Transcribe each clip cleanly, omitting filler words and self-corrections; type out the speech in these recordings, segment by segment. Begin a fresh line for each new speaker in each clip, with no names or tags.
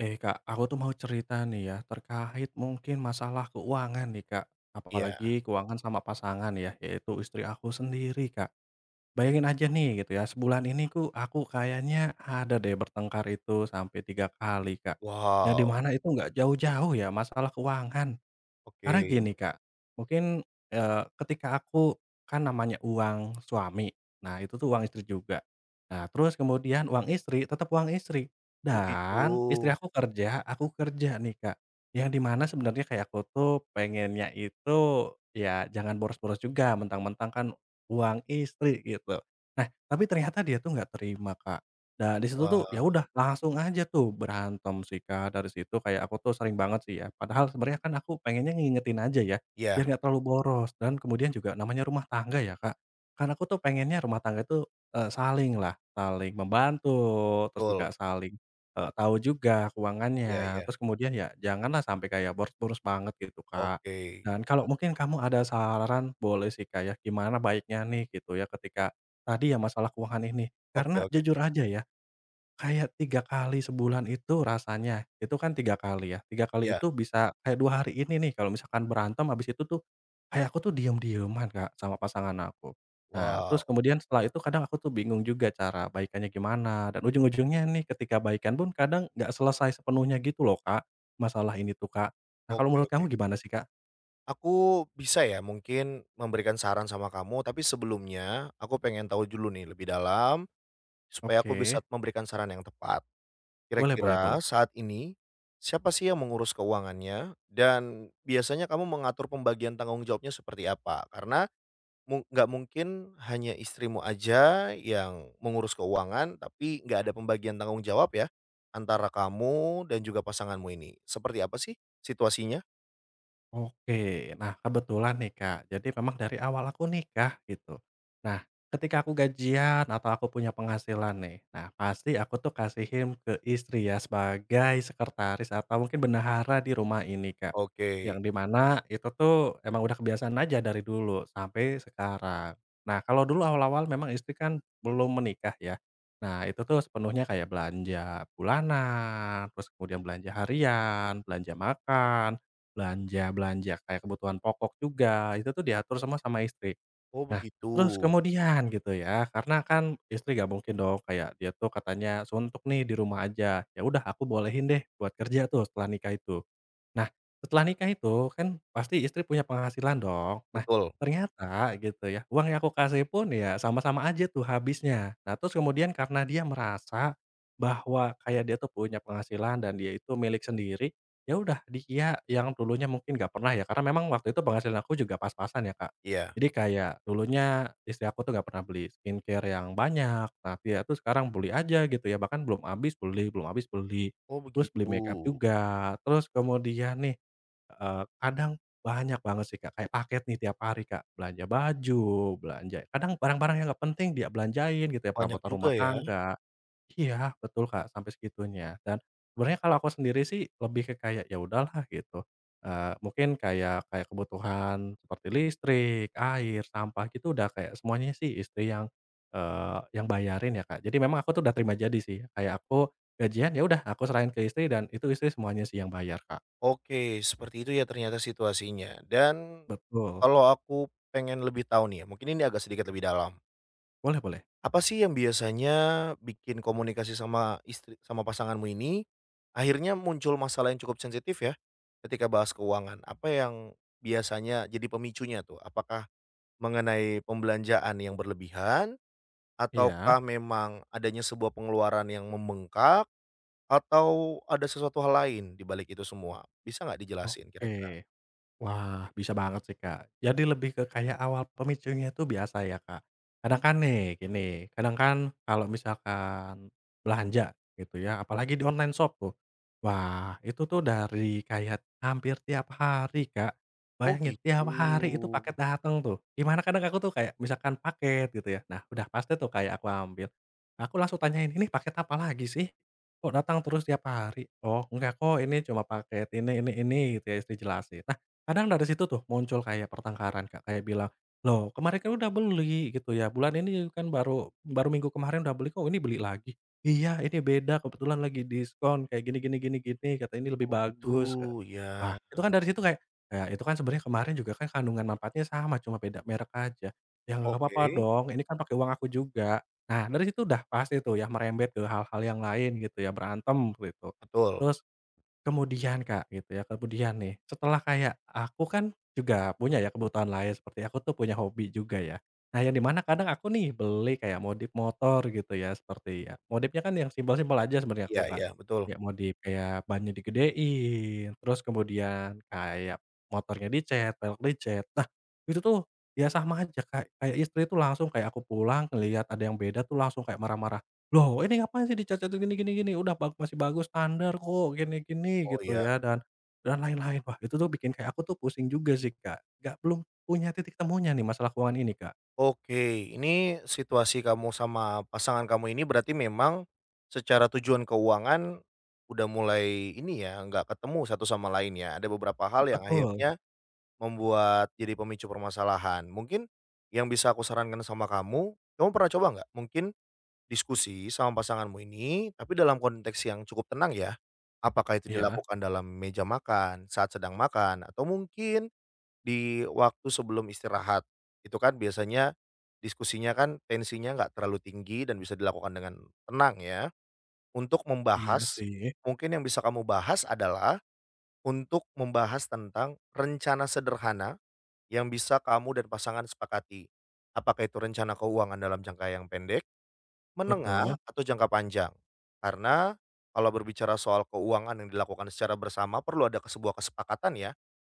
Eh Kak, aku tuh mau cerita nih ya, terkait mungkin masalah keuangan nih Kak,
Iya.
apalagi keuangan sama pasangan ya, yaitu istri aku sendiri Kak. Bayangin aja nih gitu ya, sebulan ini aku kayaknya ada deh bertengkar itu sampai 3 kali Kak, yang
Wow,
dimana itu nggak jauh-jauh ya masalah keuangan karena
oke.
gini Kak, mungkin, ketika aku kan namanya uang suami, nah itu tuh uang istri juga. Nah terus kemudian uang istri tetap uang istri,
Oh gitu.
dan istri aku kerja nih Kak. Yang dimana sebenarnya kayak aku tuh pengennya itu, ya jangan boros-boros juga mentang-mentang kan uang istri gitu. Nah tapi ternyata dia tuh nggak terima Kak. Nah, di situ tuh, ya
Wah,
udah langsung aja tuh berantem sih, Kak, dari situ kayak aku tuh sering banget sih ya, padahal sebenarnya kan aku pengennya ngingetin aja ya, biar
iya
nggak terlalu boros dan kemudian juga namanya rumah tangga ya, Kak. Karena aku tuh pengennya rumah tangga itu, saling membantu, terus juga
betul.
saling, tahu juga
Iya
keuangannya,
iya.
terus kemudian ya janganlah sampai kayak boros-boros banget gitu, Kak.
Oke.
Dan kalau mungkin kamu ada saran boleh sih, Kak, ya, gimana baiknya nih gitu ya ketika tadi ya masalah keuangan ini.
Oke
Karena
oke
jujur
oke.
aja ya kayak 3 kali sebulan itu rasanya, itu kan 3 kali ya, 3 kali
Iya.
itu bisa kayak 2 hari ini nih kalau misalkan berantem habis itu tuh, kayak aku tuh diem-dieman Kak sama pasangan aku. Nah terus
Wow,
kemudian setelah itu kadang aku tuh bingung juga cara baikannya gimana dan ujung-ujungnya nih ketika baikan pun kadang nggak selesai sepenuhnya gitu loh Kak, masalah ini tuh Kak. Nah kalau
oke
menurut
oke.
kamu gimana sih Kak?
Aku bisa ya mungkin memberikan saran sama kamu, tapi sebelumnya aku pengen tahu dulu nih lebih dalam supaya aku bisa
Oke,
memberikan saran yang tepat.
boleh, boleh,
Kira-kira
boleh.
saat ini siapa sih yang mengurus keuangannya dan biasanya kamu mengatur pembagian tanggung jawabnya seperti apa? Karena nggak mungkin hanya istrimu aja yang mengurus keuangan, tapi nggak ada pembagian tanggung jawab ya, antara kamu dan juga pasanganmu ini? Seperti apa sih situasinya?
Oke. Nah, kebetulan nih, Kak, jadi memang dari awal aku nikah gitu. Nah, ketika aku gajian atau aku punya penghasilan nih, nah pasti aku tuh kasihin ke istri ya sebagai sekretaris atau mungkin bendahara di rumah ini, Kak. Yang
Oke.
dimana itu tuh emang udah kebiasaan aja dari dulu sampai sekarang. Nah, kalau dulu awal-awal memang istri kan belum menikah ya. Nah, itu tuh sepenuhnya kayak belanja bulanan, terus kemudian belanja harian, belanja makan, belanja-belanja kayak kebutuhan pokok juga, itu tuh diatur sama sama istri.
Oh
Nah, terus
begitu.
kemudian gitu ya, karena kan istri gak mungkin dong kayak dia tuh katanya suntuk nih di rumah aja, ya udah aku bolehin deh buat kerja tuh setelah nikah itu. Nah, setelah nikah itu kan pasti istri punya penghasilan dong. Nah,
Betul,
ternyata gitu ya, uang yang aku kasih pun ya sama-sama aja tuh habisnya. Nah, terus kemudian karena dia merasa bahwa kayak dia tuh punya penghasilan dan dia itu milik sendiri, ya udah dia yang dulunya mungkin nggak pernah ya, karena memang waktu itu penghasilan aku juga pas-pasan ya, Kak.
iya.
Jadi kayak dulunya istri aku tuh nggak pernah beli skincare yang banyak. Tapi ya tuh sekarang beli aja gitu ya, bahkan belum habis beli, belum habis beli.
Oh
Terus beli makeup
begitu.
juga, terus kemudian nih, kadang banyak banget sih, Kak, kayak paket nih tiap hari, Kak, belanja baju, belanja kadang barang-barang yang nggak penting dia belanjain gitu ya,
Banyak
perabotan
juga
rumah
ya.
tangga. Iya, betul, Kak, sampai segitunya. Dan sebenarnya kalau aku sendiri sih lebih ke kayak, ya udahlah gitu, mungkin kayak kayak kebutuhan seperti listrik, air, sampah gitu udah kayak semuanya sih istri yang, yang bayarin ya, Kak. Jadi memang aku tuh udah terima jadi sih, kayak aku gajian, ya udah aku serahin ke istri dan itu istri semuanya sih yang bayar, Kak.
Oke, seperti itu ya ternyata situasinya. Dan,
Betul.
kalau aku pengen lebih tahu nih ya, mungkin ini agak sedikit lebih dalam.
Boleh, boleh.
Apa sih yang biasanya bikin komunikasi sama istri sama pasanganmu ini, akhirnya muncul masalah yang cukup sensitif ya, ketika bahas keuangan? Apa yang biasanya jadi pemicunya tuh? Apakah mengenai pembelanjaan yang berlebihan,
Iya,
ataukah memang adanya sebuah pengeluaran yang membengkak, atau ada sesuatu hal lain di balik itu semua? Bisa nggak dijelasin
oke.
kira-kira?
Wah, bisa banget sih, Kak. Jadi lebih ke kayak awal pemicunya itu biasa ya, Kak. Kadang kan kalau misalkan belanja gitu ya, apalagi di online shop tuh. Wah, itu tuh dari kayak hampir tiap hari, Kak.
Oh
Bayangin
gitu.
tiap hari itu paket dateng tuh. Gimana kadang aku tuh kayak misalkan paket gitu ya. Nah, udah pasti tuh kayak aku ambil. Aku langsung tanyain, "Ini paket apa lagi sih? Kok datang terus tiap hari?" "Oh, enggak kok, ini cuma paket ini," gitu ya, istri jelasin. Kadang dari situ tuh muncul kayak pertengkaran, Kak, kayak bilang, "Loh kemarin kan udah beli," gitu ya, "bulan ini kan baru baru minggu kemarin udah beli kok ini beli lagi?" "Iya ini beda kebetulan lagi diskon kayak gini gini gini gini," kata, "ini lebih
Oh gitu,
bagus,"
ya.
wah itu kan dari situ kayak, ya itu kan sebenarnya kemarin juga kan kandungan manfaatnya sama cuma beda merek aja, "Ya nggak
Oke,
apa-apa dong ini kan pakai uang aku juga." Nah dari situ udah pasti tuh ya merembet ke hal-hal yang lain gitu ya, berantem gitu.
betul.
Terus kemudian Kak, gitu ya, kemudian nih, setelah kayak aku kan juga punya ya kebutuhan lain, seperti aku tuh punya hobi juga ya. Nah, yang dimana kadang aku nih beli kayak modif motor gitu ya, seperti ya modifnya kan yang simpel-simpel aja sebenarnya aku
Iya
Kak.
iya, betul.
Ya modif kayak bannya digedein, terus kemudian kayak motornya dicet velg dicet. Nah, itu tuh ya sama aja Kak, kayak istri tuh langsung kayak aku pulang ngelihat ada yang beda tuh langsung kayak marah-marah. Loh ini ngapain sih dicat-catin gini gini gini, udah masih bagus standar kok gini gini
Oh
gitu
iya.
ya dan lain-lain. Wah itu tuh bikin kayak aku tuh pusing juga sih Kak, nggak belum punya titik temunya nih masalah keuangan ini Kak.
Oke, ini situasi kamu sama pasangan kamu ini berarti memang secara tujuan keuangan udah mulai ini ya, nggak ketemu satu sama lain ya. Ada beberapa hal yang
Betul.
akhirnya membuat jadi pemicu permasalahan. Mungkin yang bisa aku sarankan sama kamu, kamu pernah coba nggak? Mungkin diskusi sama pasanganmu ini, tapi dalam konteks yang cukup tenang ya. Apakah itu
Iya.
dilakukan dalam meja makan, saat sedang makan, atau mungkin di waktu sebelum istirahat, itu kan biasanya diskusinya kan tensinya nggak terlalu tinggi dan bisa dilakukan dengan tenang ya, untuk
Iya
membahas
sih.
mungkin yang bisa kamu bahas adalah untuk membahas tentang rencana sederhana yang bisa kamu dan pasangan sepakati. Apakah itu rencana keuangan dalam jangka yang pendek, menengah,
Betul.
atau jangka panjang? Karena kalau berbicara soal keuangan yang dilakukan secara bersama perlu ada ke sebuah kesepakatan ya,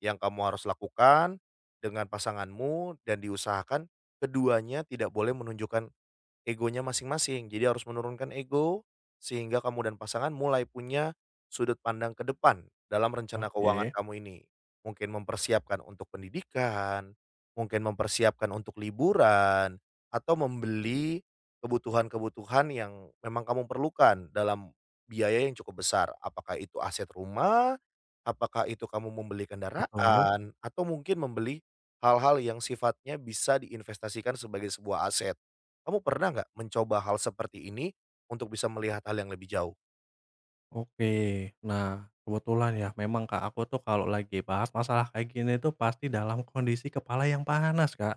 yang kamu harus lakukan dengan pasanganmu dan diusahakan keduanya tidak boleh menunjukkan egonya masing-masing. Jadi harus menurunkan ego, sehingga kamu dan pasangan mulai punya sudut pandang ke depan dalam rencana keuangan
Oke.
kamu ini. Mungkin mempersiapkan untuk pendidikan, mungkin mempersiapkan untuk liburan, atau membeli kebutuhan-kebutuhan yang memang kamu perlukan dalam biaya yang cukup besar. Apakah itu aset rumah, apakah itu kamu membeli
Betul.
kendaraan, atau mungkin membeli hal-hal yang sifatnya bisa diinvestasikan sebagai sebuah aset. Kamu pernah nggak mencoba hal seperti ini untuk bisa melihat hal yang lebih jauh?
Oke. Nah, kebetulan ya memang, Kak, aku tuh kalau lagi bahas masalah kayak gini tuh pasti dalam kondisi kepala yang panas, Kak.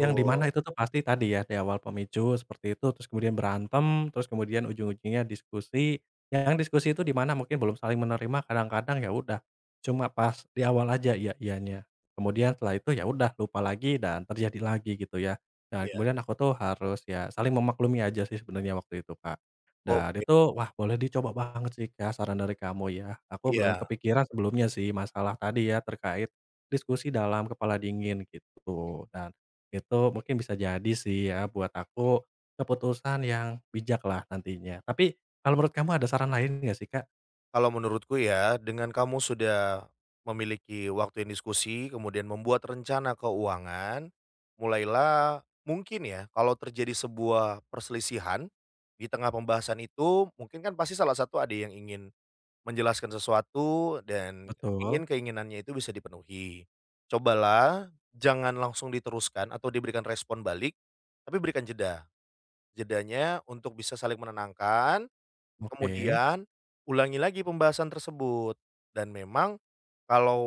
Yang di mana itu tuh pasti tadi ya, di awal pemicu seperti itu, terus kemudian berantem, terus kemudian ujung-ujungnya diskusi. Yang diskusi itu di mana mungkin belum saling menerima, kadang-kadang ya udah cuma pas di awal aja ya iyanya. Kemudian setelah itu ya udah lupa lagi dan terjadi lagi gitu ya. Dan
iya.
kemudian aku tuh harus ya saling memaklumi aja sih sebenarnya waktu itu, Kak. Dan
Oke,
itu, wah boleh dicoba banget sih Kak, saran dari kamu ya. Aku belum
iya.
kepikiran sebelumnya sih masalah tadi ya, terkait diskusi dalam kepala dingin gitu. Dan itu mungkin bisa jadi sih ya buat aku keputusan yang bijak lah nantinya. Tapi kalau menurut kamu ada saran lain nggak sih Kak?
Kalau menurutku ya, dengan kamu sudah memiliki waktu yang diskusi, kemudian membuat rencana keuangan, mulailah mungkin ya kalau terjadi sebuah perselisihan di tengah pembahasan itu, mungkin kan pasti salah satu ada yang ingin menjelaskan sesuatu dan
Betul,
ingin keinginannya itu bisa dipenuhi. Cobalah jangan langsung diteruskan atau diberikan respon balik, tapi berikan jeda. Jedanya untuk bisa saling menenangkan,
oke,
kemudian ulangi lagi pembahasan tersebut. Dan memang kalau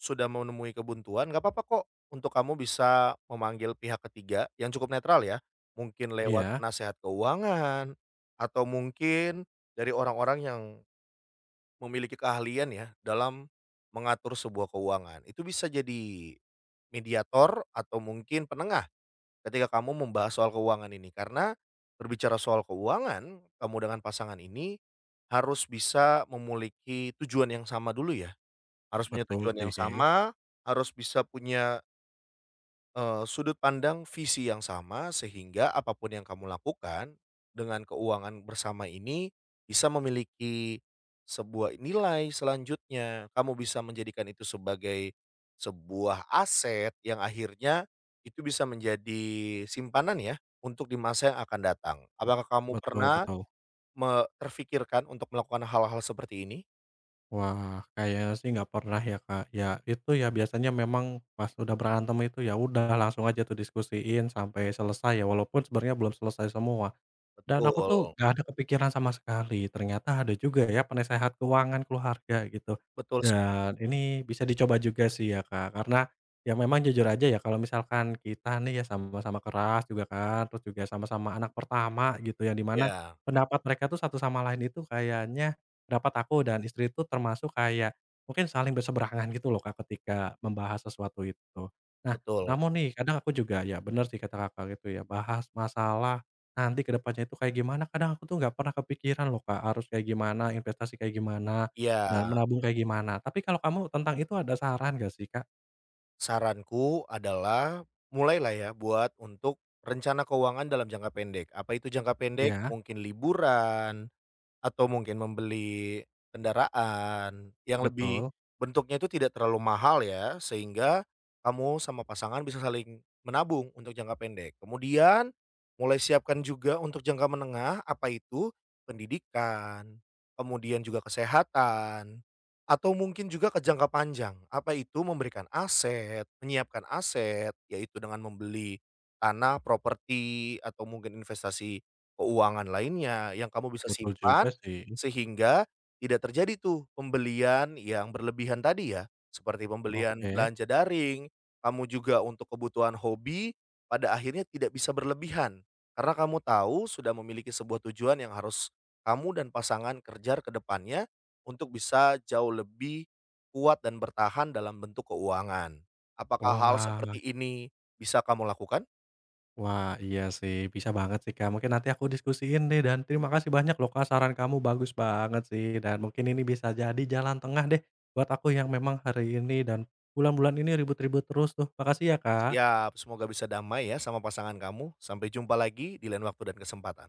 sudah menemui kebuntuan nggak apa-apa kok untuk kamu bisa memanggil pihak ketiga yang cukup netral ya. Mungkin lewat
iya,
penasehat keuangan atau mungkin dari orang-orang yang memiliki keahlian ya dalam mengatur sebuah keuangan. Itu bisa jadi mediator atau mungkin penengah ketika kamu membahas soal keuangan ini. Karena berbicara soal keuangan, kamu dengan pasangan ini harus bisa memiliki tujuan yang sama dulu ya. Harus punya
betul
tujuan
sih,
yang sama, harus bisa punya sudut pandang visi yang sama sehingga apapun yang kamu lakukan, dengan keuangan bersama ini bisa memiliki sebuah nilai selanjutnya. Kamu bisa menjadikan itu sebagai sebuah aset yang akhirnya itu bisa menjadi simpanan ya, untuk di masa yang akan datang. Apakah kamu
betul,
pernah
betul.
terfikirkan untuk melakukan hal-hal seperti ini?
Wah, kayaknya sih nggak pernah ya, Kak. Ya itu ya biasanya memang pas udah berantem itu ya udah langsung aja tuh diskusiin sampai selesai ya, walaupun sebenarnya belum selesai semua. Dan aku tuh
Betul
nggak ada kepikiran sama sekali, ternyata ada juga ya penasehat keuangan keluarga gitu.
betul sekali.
Dan ini bisa dicoba juga sih ya, Kak, karena ya memang jujur aja ya kalau misalkan kita nih ya sama-sama keras juga kan, terus juga sama-sama anak pertama gitu yang dimana
Iya,
pendapat mereka tuh satu sama lain itu kayaknya pendapat aku dan istri itu termasuk kayak mungkin saling berseberangan gitu loh, Kak, ketika membahas sesuatu itu. Nah,
betul.
namun nih kadang aku juga ya bener sih kata Kakak gitu ya, bahas masalah nanti ke depannya itu kayak gimana, kadang aku tuh nggak pernah kepikiran loh, Kak, harus kayak gimana, investasi kayak gimana, dan
Iya.
menabung kayak gimana. Tapi kalau kamu tentang itu ada saran nggak sih, Kak?
Saranku adalah mulailah ya buat untuk rencana keuangan dalam jangka pendek. Apa itu jangka pendek?
Iya,
Mungkin liburan, atau mungkin membeli kendaraan yang lebih
betul,
bentuknya itu tidak terlalu mahal ya, sehingga kamu sama pasangan bisa saling menabung untuk jangka pendek. Kemudian mulai siapkan juga untuk jangka menengah, apa itu? Pendidikan, kemudian juga kesehatan, atau mungkin juga ke jangka panjang, apa itu? Memberikan aset, menyiapkan aset, yaitu dengan membeli tanah, properti, atau mungkin investasi keuangan lainnya yang kamu bisa
betul juga
simpan
sih.
sehingga tidak terjadi tuh pembelian yang berlebihan tadi ya, seperti pembelian
Oke.
belanja daring, kamu juga untuk kebutuhan hobi pada akhirnya tidak bisa berlebihan. Karena kamu tahu sudah memiliki sebuah tujuan yang harus kamu dan pasangan kejar ke depannya untuk bisa jauh lebih kuat dan bertahan dalam bentuk keuangan. Apakah hal
Wah
seperti ini bisa kamu lakukan?
wah, iya sih, bisa banget sih, Kak. Mungkin nanti aku diskusiin deh dan terima kasih banyak loh, Kak, saran kamu bagus banget sih dan mungkin ini bisa jadi jalan tengah deh buat aku yang memang hari ini dan bulan-bulan ini ribut-ribut terus tuh. Makasih ya, Kak.
Siap, semoga bisa damai ya sama pasangan kamu. Sampai jumpa lagi di lain waktu dan kesempatan.